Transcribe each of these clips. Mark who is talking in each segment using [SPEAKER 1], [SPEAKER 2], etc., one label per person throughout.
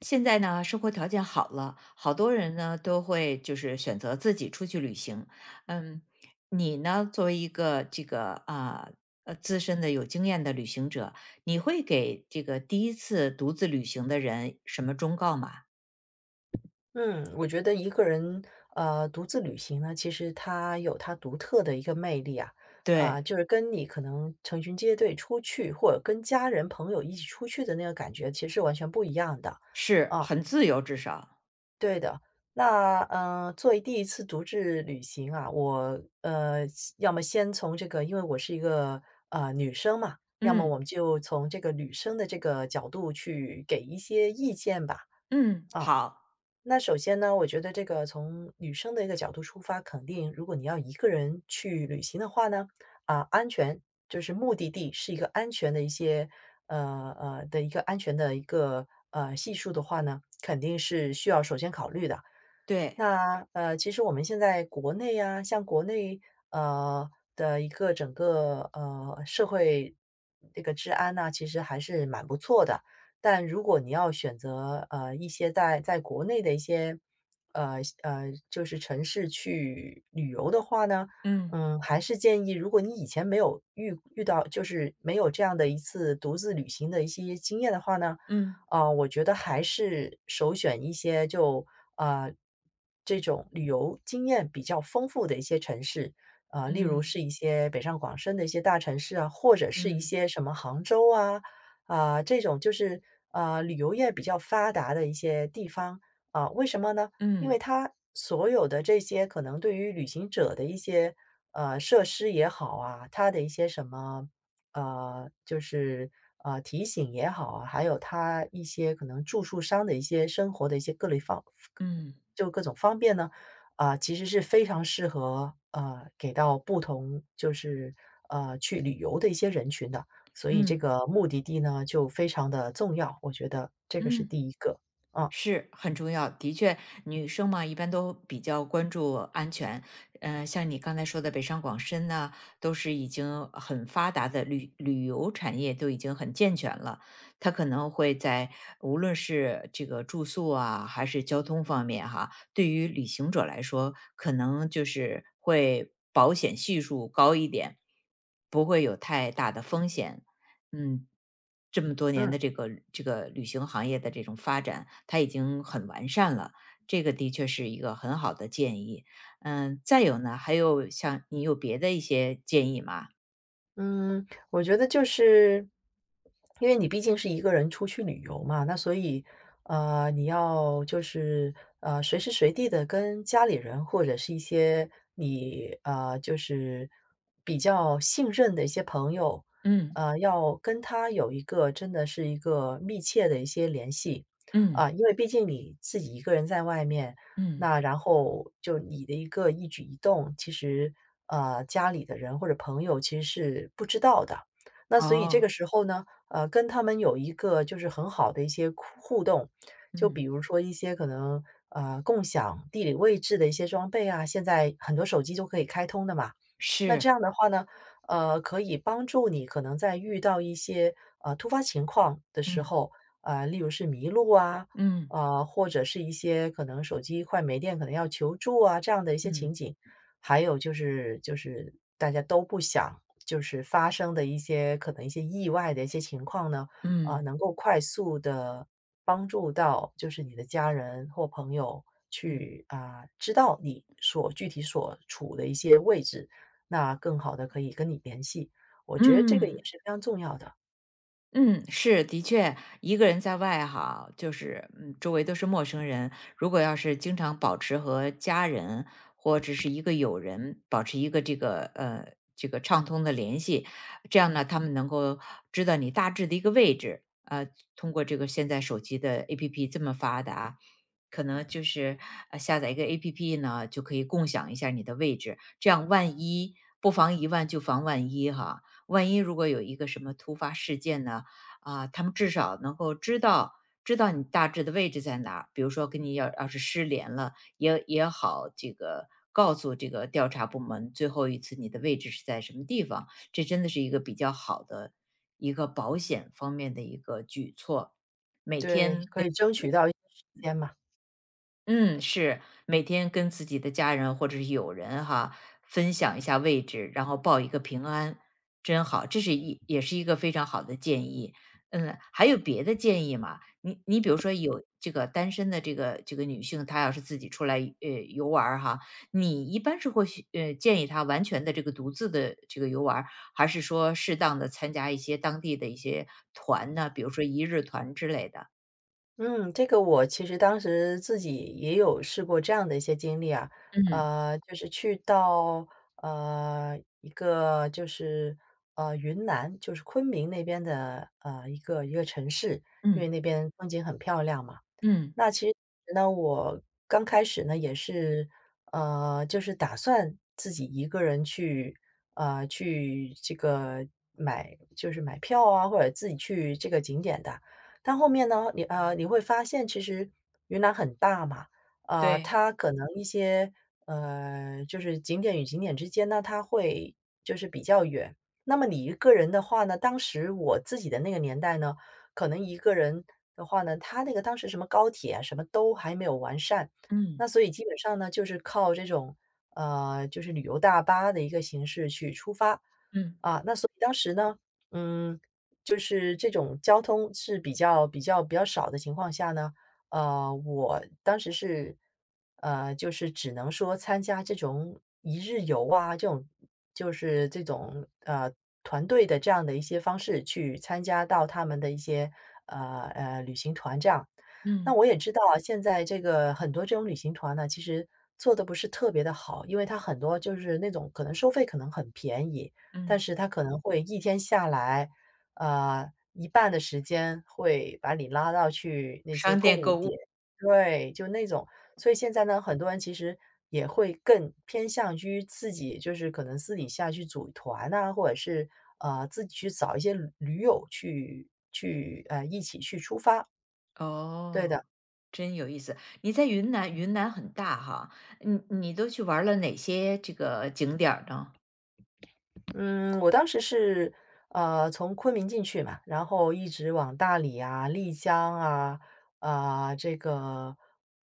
[SPEAKER 1] 现在呢，生活条件好了，好多人呢都会就是选择自己出去旅行。嗯，你呢作为一个这个资深的有经验的旅行者，你会给这个第一次独自旅行的人什么忠告吗？
[SPEAKER 2] 嗯，我觉得一个人独自旅行呢，其实它有它独特的一个魅力啊，
[SPEAKER 1] 对，
[SPEAKER 2] 就是跟你可能成群结队出去，或者跟家人朋友一起出去的那个感觉，其实是完全不一样的。
[SPEAKER 1] 是
[SPEAKER 2] 啊，
[SPEAKER 1] 很自由，至少，
[SPEAKER 2] 对的。那作为第一次独自旅行啊，我要么先从这个，因为我是一个女生嘛，要么我
[SPEAKER 1] 嗯
[SPEAKER 2] 们就从这个女生的这个角度去给一些意见吧。
[SPEAKER 1] 嗯，
[SPEAKER 2] 啊。
[SPEAKER 1] 好，
[SPEAKER 2] 那首先呢，我觉得这个从女生的一个角度出发，肯定如果你要一个人去旅行的话呢，安全就是目的地是一个安全的一些的一个安全的一个系数的话呢，肯定是需要首先考虑的。
[SPEAKER 1] 对，
[SPEAKER 2] 那其实我们现在国内啊，像国内呃的一个整个社会这个治安呢、其实还是蛮不错的。但如果你要选择一些在国内的一些就是城市去旅游的话呢，
[SPEAKER 1] 嗯
[SPEAKER 2] 嗯，还是建议如果你以前没有遇到就是没有这样的一次独自旅行的一些经验的话呢，
[SPEAKER 1] 嗯
[SPEAKER 2] 我觉得还是首选一些就啊这种旅游经验比较丰富的一些城市，例如
[SPEAKER 1] 嗯
[SPEAKER 2] 是一些北上广深的一些大城市啊，或者是一
[SPEAKER 1] 嗯
[SPEAKER 2] 些什么杭州啊，这种就是旅游业比较发达的一些地方啊，为什么呢？因
[SPEAKER 1] 嗯
[SPEAKER 2] 为它所有的这些可能对于旅行者的一些设施也好啊，它的一些什么就是提醒也好啊，还有他一些可能住宿商的一些生活的一些各类方，
[SPEAKER 1] 嗯
[SPEAKER 2] 就各种方便呢，其实是非常适合给到不同就是去旅游的一些人群的，
[SPEAKER 1] 嗯
[SPEAKER 2] 所以这个
[SPEAKER 1] 嗯
[SPEAKER 2] 目的地呢就非常的重要，我觉得这个是
[SPEAKER 1] 嗯。
[SPEAKER 2] 第一个啊，
[SPEAKER 1] 是很重要，的确，女生嘛，一般都比较关注安全。嗯，像你刚才说的北上广深呢，都是已经很发达的旅游产业都已经很健全了。它可能会在无论是这个住宿啊，还是交通方面哈，对于旅行者来说，可能就是会保险系数高一点，不会有太大的风险。嗯，这么多年
[SPEAKER 2] 嗯。
[SPEAKER 1] 的这个旅行行业的这种发展，它已经很完善了。这个的确是一个很好的建议。嗯，再有呢，还有像你有别的一些建议吗？
[SPEAKER 2] 嗯，我觉得就是，因为你毕竟是一个人出去旅游嘛，那所以，你要就是，随时随地的跟家里人或者是一些就是比较信任的一些朋友，
[SPEAKER 1] 嗯
[SPEAKER 2] 要跟他有一个真的是一个密切的一些联系，
[SPEAKER 1] 嗯
[SPEAKER 2] 因为毕竟你自己一个人在外面，
[SPEAKER 1] 嗯，
[SPEAKER 2] 那然后就你的一个一举一动，其实，家里的人或者朋友其实是不知道的。那所以这
[SPEAKER 1] 哦，
[SPEAKER 2] 个时候呢，跟他们有一个就是很好的一些互动，就比
[SPEAKER 1] 嗯，
[SPEAKER 2] 如说一些可能，共享地理位置的一些装备啊，现在很多手机都可以开通的嘛。那
[SPEAKER 1] 是，
[SPEAKER 2] 这样的话呢，可以帮助你可能在遇到一些，突发情况的时
[SPEAKER 1] 嗯
[SPEAKER 2] 候，例如是迷路啊，
[SPEAKER 1] 嗯
[SPEAKER 2] 或者是一些可能手机快没电，可能要求助啊，这样的一些
[SPEAKER 1] 嗯
[SPEAKER 2] 情
[SPEAKER 1] 嗯
[SPEAKER 2] 景。还有就是大家都不想就是发生的一些可能一些意外的一些情况呢，
[SPEAKER 1] 嗯。
[SPEAKER 2] 能够快速的帮助到就是你的家人或朋友
[SPEAKER 1] 嗯。
[SPEAKER 2] 去，知道你所具体所处的一些位置，那更好的可以跟你联系。我觉得这个也
[SPEAKER 1] 嗯
[SPEAKER 2] 是非常重要的，
[SPEAKER 1] 嗯，是，的确，一个人在外哈，就是嗯，周围都是陌生人。如果要是经常保持和家人或者是一个友人保持一个这个畅通的联系，这样呢，他们能够知道你大致的一个位置。通过这个现在手机的 APP 这么发达，可能就是下载一个 APP 呢，就可以共享一下你的位置。这样万一不妨一万就防万一哈，万一如果有一个什么突发事件呢？啊，他们至少能够知道你大致的位置在哪儿。比如说跟你要是失联了，也好这个告诉这个调查部门最后一次你的位置是在什么地方，这真的是一个比较好的一个保险方面的一个举措。每
[SPEAKER 2] 对，
[SPEAKER 1] 天
[SPEAKER 2] 可以争取到一些时间嘛。
[SPEAKER 1] 嗯，是，每天跟自己的家人或者是友人哈，分享一下位置，然后报一个平安，真好，这也是一个非常好的建议。嗯，还有别的建议吗？你比如说有这个单身的这个女性，她要是自己出来游玩儿哈，你一般是会去建议她完全的这个独自的这个游玩儿还是说适当的参加一些当地的一些团呢？比如说一日团之类的。
[SPEAKER 2] 嗯，这个我其实当时自己也有试过这样的一些经历啊，
[SPEAKER 1] 嗯
[SPEAKER 2] 就是去到一个就是云南，就是昆明那边的一个城市，因为
[SPEAKER 1] 嗯
[SPEAKER 2] 那边风景很漂亮嘛。
[SPEAKER 1] 嗯，
[SPEAKER 2] 那其实呢，我刚开始呢也是，就是打算自己一个人去，去这个就是买票啊，或者自己去这个景点的。但后面呢，你会发现其实云南很大嘛，
[SPEAKER 1] 对，
[SPEAKER 2] 它可能就是景点与景点之间呢，它会就是比较远。那么你一个人的话呢，当时我自己的那个年代呢，可能一个人的话呢，它那个当时什么高铁啊，什么都还没有完善，
[SPEAKER 1] 嗯。
[SPEAKER 2] 那所以基本上呢，就是靠这种，就是旅游大巴的一个形式去出发。
[SPEAKER 1] 嗯
[SPEAKER 2] 那所以当时呢，嗯，就是这种交通是比较少的情况下呢，我当时是，就是只能说参加这种一日游啊，这种团队的这样的一些方式去参加到他们的一些旅行团这样。那
[SPEAKER 1] 嗯
[SPEAKER 2] 我也知道啊现在这个很多这种旅行团呢，其实做的不是特别的好，因为他很多就是那种可能收费可能很便宜，但
[SPEAKER 1] 嗯。
[SPEAKER 2] 是他可能会一天下来。一半的时间会把你拉到去那些
[SPEAKER 1] 商
[SPEAKER 2] 购
[SPEAKER 1] 店
[SPEAKER 2] 物
[SPEAKER 1] 购物，
[SPEAKER 2] 点，对，就那种。所以现在呢，很多人其实也会更偏向于自己，就是可能私底下去组团呐，或者是自己去找一些驴友去一起去出发，对
[SPEAKER 1] 哦，
[SPEAKER 2] 的。
[SPEAKER 1] 真有意思。你在云南，云南很大哈，你都去玩了哪些这个景点儿呢？
[SPEAKER 2] 嗯，我当时是，从昆明进去嘛，然后一直往大理啊、丽江啊、这个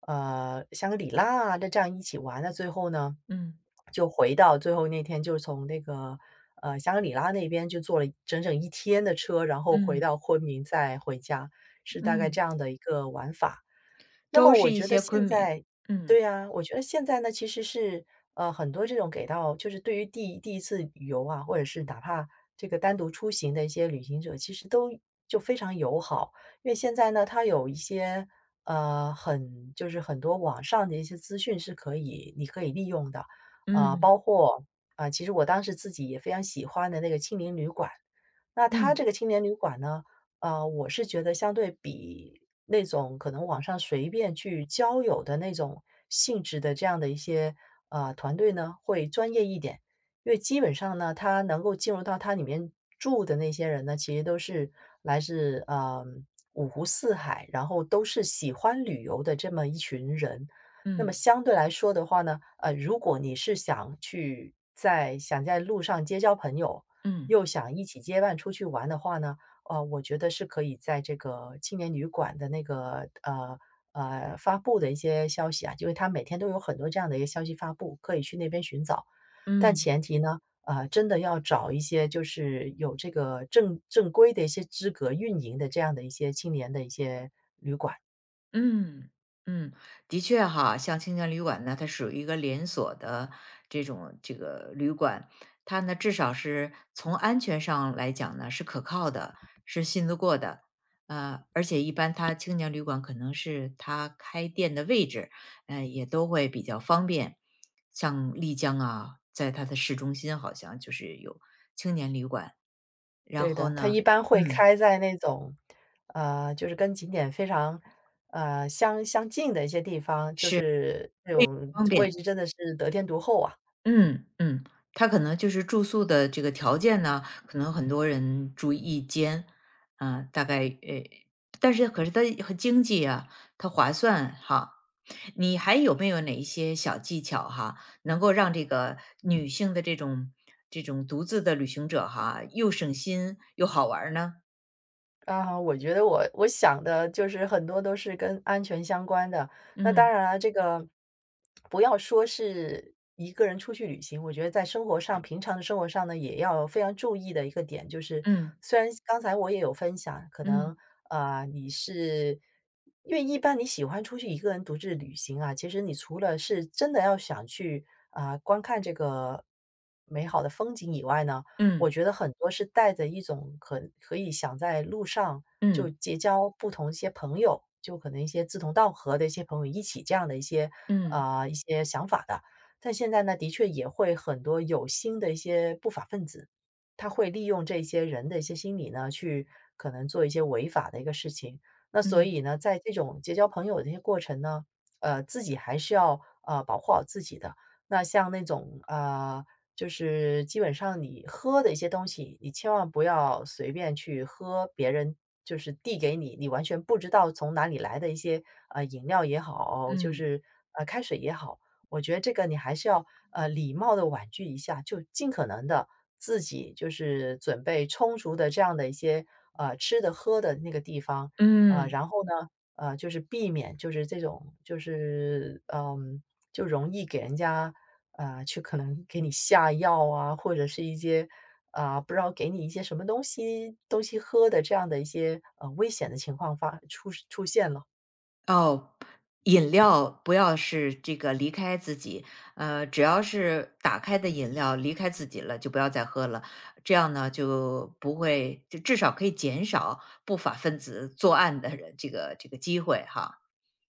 [SPEAKER 2] 香格里拉啊，那这样一起玩。那最后呢，
[SPEAKER 1] 嗯
[SPEAKER 2] 就回到最后那天，就是从那个香格里拉那边就坐了整整一天的车，然后回
[SPEAKER 1] 嗯
[SPEAKER 2] 到昆明再回家，是大概
[SPEAKER 1] 嗯。
[SPEAKER 2] 这样的一个玩法。那
[SPEAKER 1] 都
[SPEAKER 2] 么
[SPEAKER 1] 是
[SPEAKER 2] 我
[SPEAKER 1] 一
[SPEAKER 2] 觉得
[SPEAKER 1] 些昆
[SPEAKER 2] 现
[SPEAKER 1] 明，
[SPEAKER 2] 在
[SPEAKER 1] 嗯，
[SPEAKER 2] 对呀，我觉得现在呢，其实是很多这种给到，就是对于第一次旅游啊，或者是哪怕这个单独出行的一些旅行者，其实都就非常友好。因为现在呢，它有一些很很多网上的一些资讯是可以你可以利用的，
[SPEAKER 1] 嗯
[SPEAKER 2] 包括其实我当时自己也非常喜欢的那个青年旅馆，那它
[SPEAKER 1] 嗯
[SPEAKER 2] 这个青年旅馆呢。我是觉得相对比那种可能网上随便去交友的那种性质的这样的一些团队呢，会专业一点。因为基本上呢，他能够进入到他里面住的那些人呢，其实都是来自五湖四海，然后都是喜欢旅游的这么一群人。那么
[SPEAKER 1] 嗯
[SPEAKER 2] 相对来说的话呢，如果你是在想在路上结交朋友，
[SPEAKER 1] 嗯
[SPEAKER 2] 又想一起结伴出去玩的话呢，我觉得是可以在这个青年旅馆的那个发布的一些消息啊，因为它每天都有很多这样的一个消息发布，可以去那边寻找。但
[SPEAKER 1] 嗯。
[SPEAKER 2] 前提呢，真的要找一些就是有这个正规的一些资格运营的这样的一些青年的一些，
[SPEAKER 1] 嗯，嗯，的确哈，像青年旅馆呢，它属于一个连锁的这种旅馆，它呢至少是从安全上来讲呢是可靠的，是信得过的，而且一般它青年旅馆可能是它开店的位置，也都会比较方便。像丽江啊，在它的市中心好像就是有青年旅馆，然
[SPEAKER 2] 对
[SPEAKER 1] 后
[SPEAKER 2] 的，它
[SPEAKER 1] 呢，
[SPEAKER 2] 一般会
[SPEAKER 1] 嗯，
[SPEAKER 2] 开在那种就是跟景点非常。相近的一些地方，就
[SPEAKER 1] 是
[SPEAKER 2] 是这种
[SPEAKER 1] 方
[SPEAKER 2] 位
[SPEAKER 1] 便。
[SPEAKER 2] 置真的是得天独厚啊。
[SPEAKER 1] 嗯嗯，他可能就是住宿的这个条件呢，可能很多人住一间，啊，大概，但是可是它很经济啊，它划算哈。你还有没有哪一些小技巧哈，能够让这个女性的这种独自的旅行者哈，又省心又好玩儿呢？
[SPEAKER 2] 我觉得我想的就是很多都是跟安全相关的。那当
[SPEAKER 1] 嗯
[SPEAKER 2] 然了，这个不要说是一个人出去旅行，我觉得在生活上，平常的生活上呢，也要非常注意的一个点，就是
[SPEAKER 1] 嗯
[SPEAKER 2] 虽然刚才我也有分享，可
[SPEAKER 1] 嗯
[SPEAKER 2] 能啊你是因为一般你喜欢出去一个人独自旅行啊，其实你除了是真的要想去啊、观看这个美好的风景以外呢。我
[SPEAKER 1] 嗯
[SPEAKER 2] 觉得很多是带着一种可以想在路上就
[SPEAKER 1] 嗯
[SPEAKER 2] 结交不同一些朋友，就可能一些志同道合的一些朋友一起这样的一些
[SPEAKER 1] 嗯
[SPEAKER 2] 呃一些想法的。但现在呢，的确也会很多有心的一些不法分子，他会利用这些人的一些心理呢，去可能做一些违法的一个事情。那
[SPEAKER 1] 嗯
[SPEAKER 2] 所
[SPEAKER 1] 嗯
[SPEAKER 2] 以呢，在这种结交朋友的一些过程呢，自己还是要保护好自己的。那像那种就是基本上你喝的一些东西，你千万不要随便去喝别人就是递给你，你完全不知道从哪里来的一些饮料也好，就
[SPEAKER 1] 嗯嗯
[SPEAKER 2] 是开水也好，我觉得这个你还是要礼貌的婉拒一下，就尽可能的自己就是准备充足的这样的一些吃的喝的那个地方，
[SPEAKER 1] 嗯。
[SPEAKER 2] 然后呢就是避免就是这种就是就容易给人家。去可能给你下药啊，或者是一些啊，不知道给你一些什么东西东西喝的这样的一些，危险的情况出出现了。
[SPEAKER 1] 哦，饮料不要是这个离开自己，只要是打开的饮料离开自己了，就不要再喝了。这样呢，就不会就至少可以减少不法分子作案的人，这个机会哈。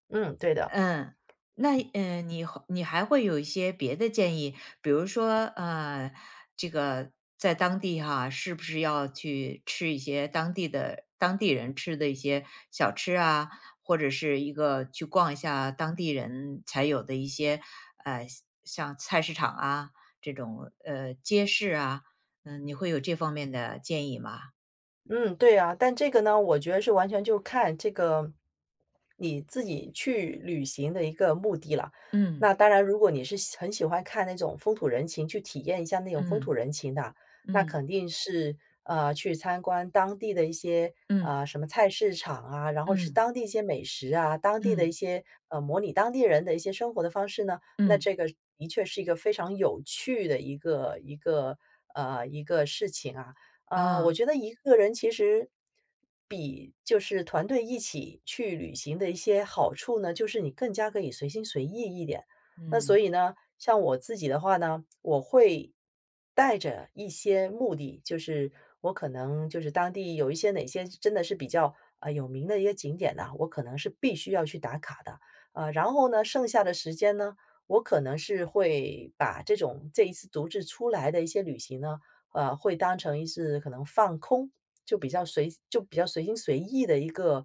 [SPEAKER 2] 嗯，对的。
[SPEAKER 1] 嗯，那嗯，你还会有一些别的建议，比如说，这个在当地哈，是不是要去吃一些当地的当地人吃的一些小吃啊，或者是一个去逛一下当地人才有的一些呃，像菜市场啊这种街市啊，嗯，你会有这方面的建议吗？
[SPEAKER 2] 嗯，对啊，但这个呢，我觉得是完全就看这个你自己去旅行的一个目的了。那当然，如果你是很喜欢看那种风土人情，去体验一下那种风土
[SPEAKER 1] 嗯
[SPEAKER 2] 人情的，那
[SPEAKER 1] 嗯
[SPEAKER 2] 肯定是去参观当地的一些
[SPEAKER 1] 嗯
[SPEAKER 2] 什么菜市场啊，然后吃
[SPEAKER 1] 嗯
[SPEAKER 2] 当地一些美食啊，
[SPEAKER 1] 嗯
[SPEAKER 2] 当地
[SPEAKER 1] 嗯
[SPEAKER 2] 的一
[SPEAKER 1] 嗯
[SPEAKER 2] 些模拟当地人的一些生活的方式呢，那
[SPEAKER 1] 嗯
[SPEAKER 2] 这个的确是一个非常有趣的一个一个一个事情啊。啊，我
[SPEAKER 1] 啊
[SPEAKER 2] 觉得一个人其实就是团队一起去旅行的一些好处呢，就是你更加可以随心随意一点。那所
[SPEAKER 1] 嗯。
[SPEAKER 2] 以呢，像我自己的话呢，我会带着一些目的，就是我可能就是当地有一些哪些真的是比较有名的一些景点呢、我可能是必须要去打卡的。啊，然后呢，剩下的时间呢，我可能是会把这种这一次独自出来的一些旅行呢。会当成一次可能放空，就比较随心随意的一个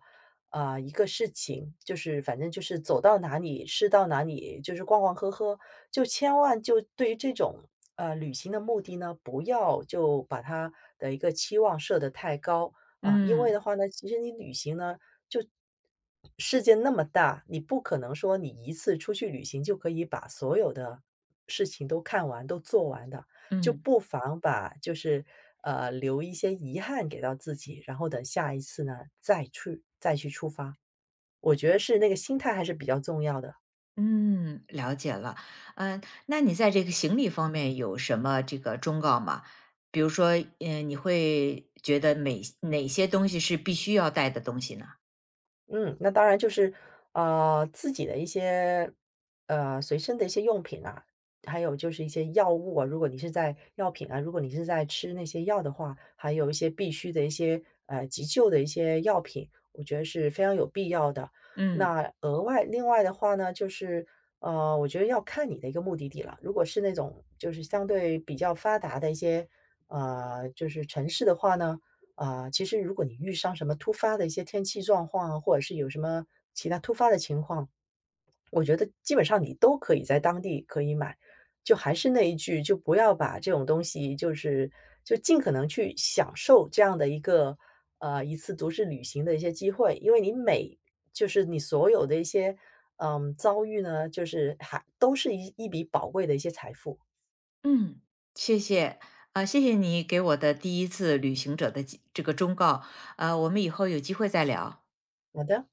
[SPEAKER 2] 啊、一个事情，就是反正就是走到哪里吃到哪里，就是逛逛喝喝，就千万就对于这种旅行的目的呢，不要就把它的一个期望设得太高啊、因为
[SPEAKER 1] 嗯
[SPEAKER 2] 的话呢，其实你旅行呢就世界那么大，你不可能说你一次出去旅行就可以把所有的事情都看完都做完的。就
[SPEAKER 1] 嗯
[SPEAKER 2] 不妨把就是留一些遗憾给到自己，然后等下一次呢再去再去出发。我觉得是那个心态还是比较重要的。
[SPEAKER 1] 嗯，了解了。嗯，那你在这个行李方面有什么这个忠告吗？比如说，嗯，你会觉得哪些东西是必须要带的东西呢？
[SPEAKER 2] 嗯，那当然就是，自己的一些，随身的一些用品啊，还有就是一些药物啊，如果你是在吃那些药的话，还有一些必须的一些，急救的一些药品，我觉得是非常有必要的。
[SPEAKER 1] 嗯
[SPEAKER 2] 那额外另外的话呢，就是，我觉得要看你的一个目的地了。如果是那种就是相对比较发达的一些，就是城市的话呢。啊，其实如果你遇上什么突发的一些天气状况啊，或者是有什么其他突发的情况，我觉得基本上你都可以在当地可以买。就还是那一句，就不要把这种东西，就是就尽可能去享受这样的一个一次独自旅行的一些机会，因为就是你所有的一些遭遇呢，就是还都是一笔宝贵的一些财富。
[SPEAKER 1] 嗯，谢谢啊，谢谢你给我的第一次旅行者的这个忠告。我们以后有机会再聊。
[SPEAKER 2] 好的。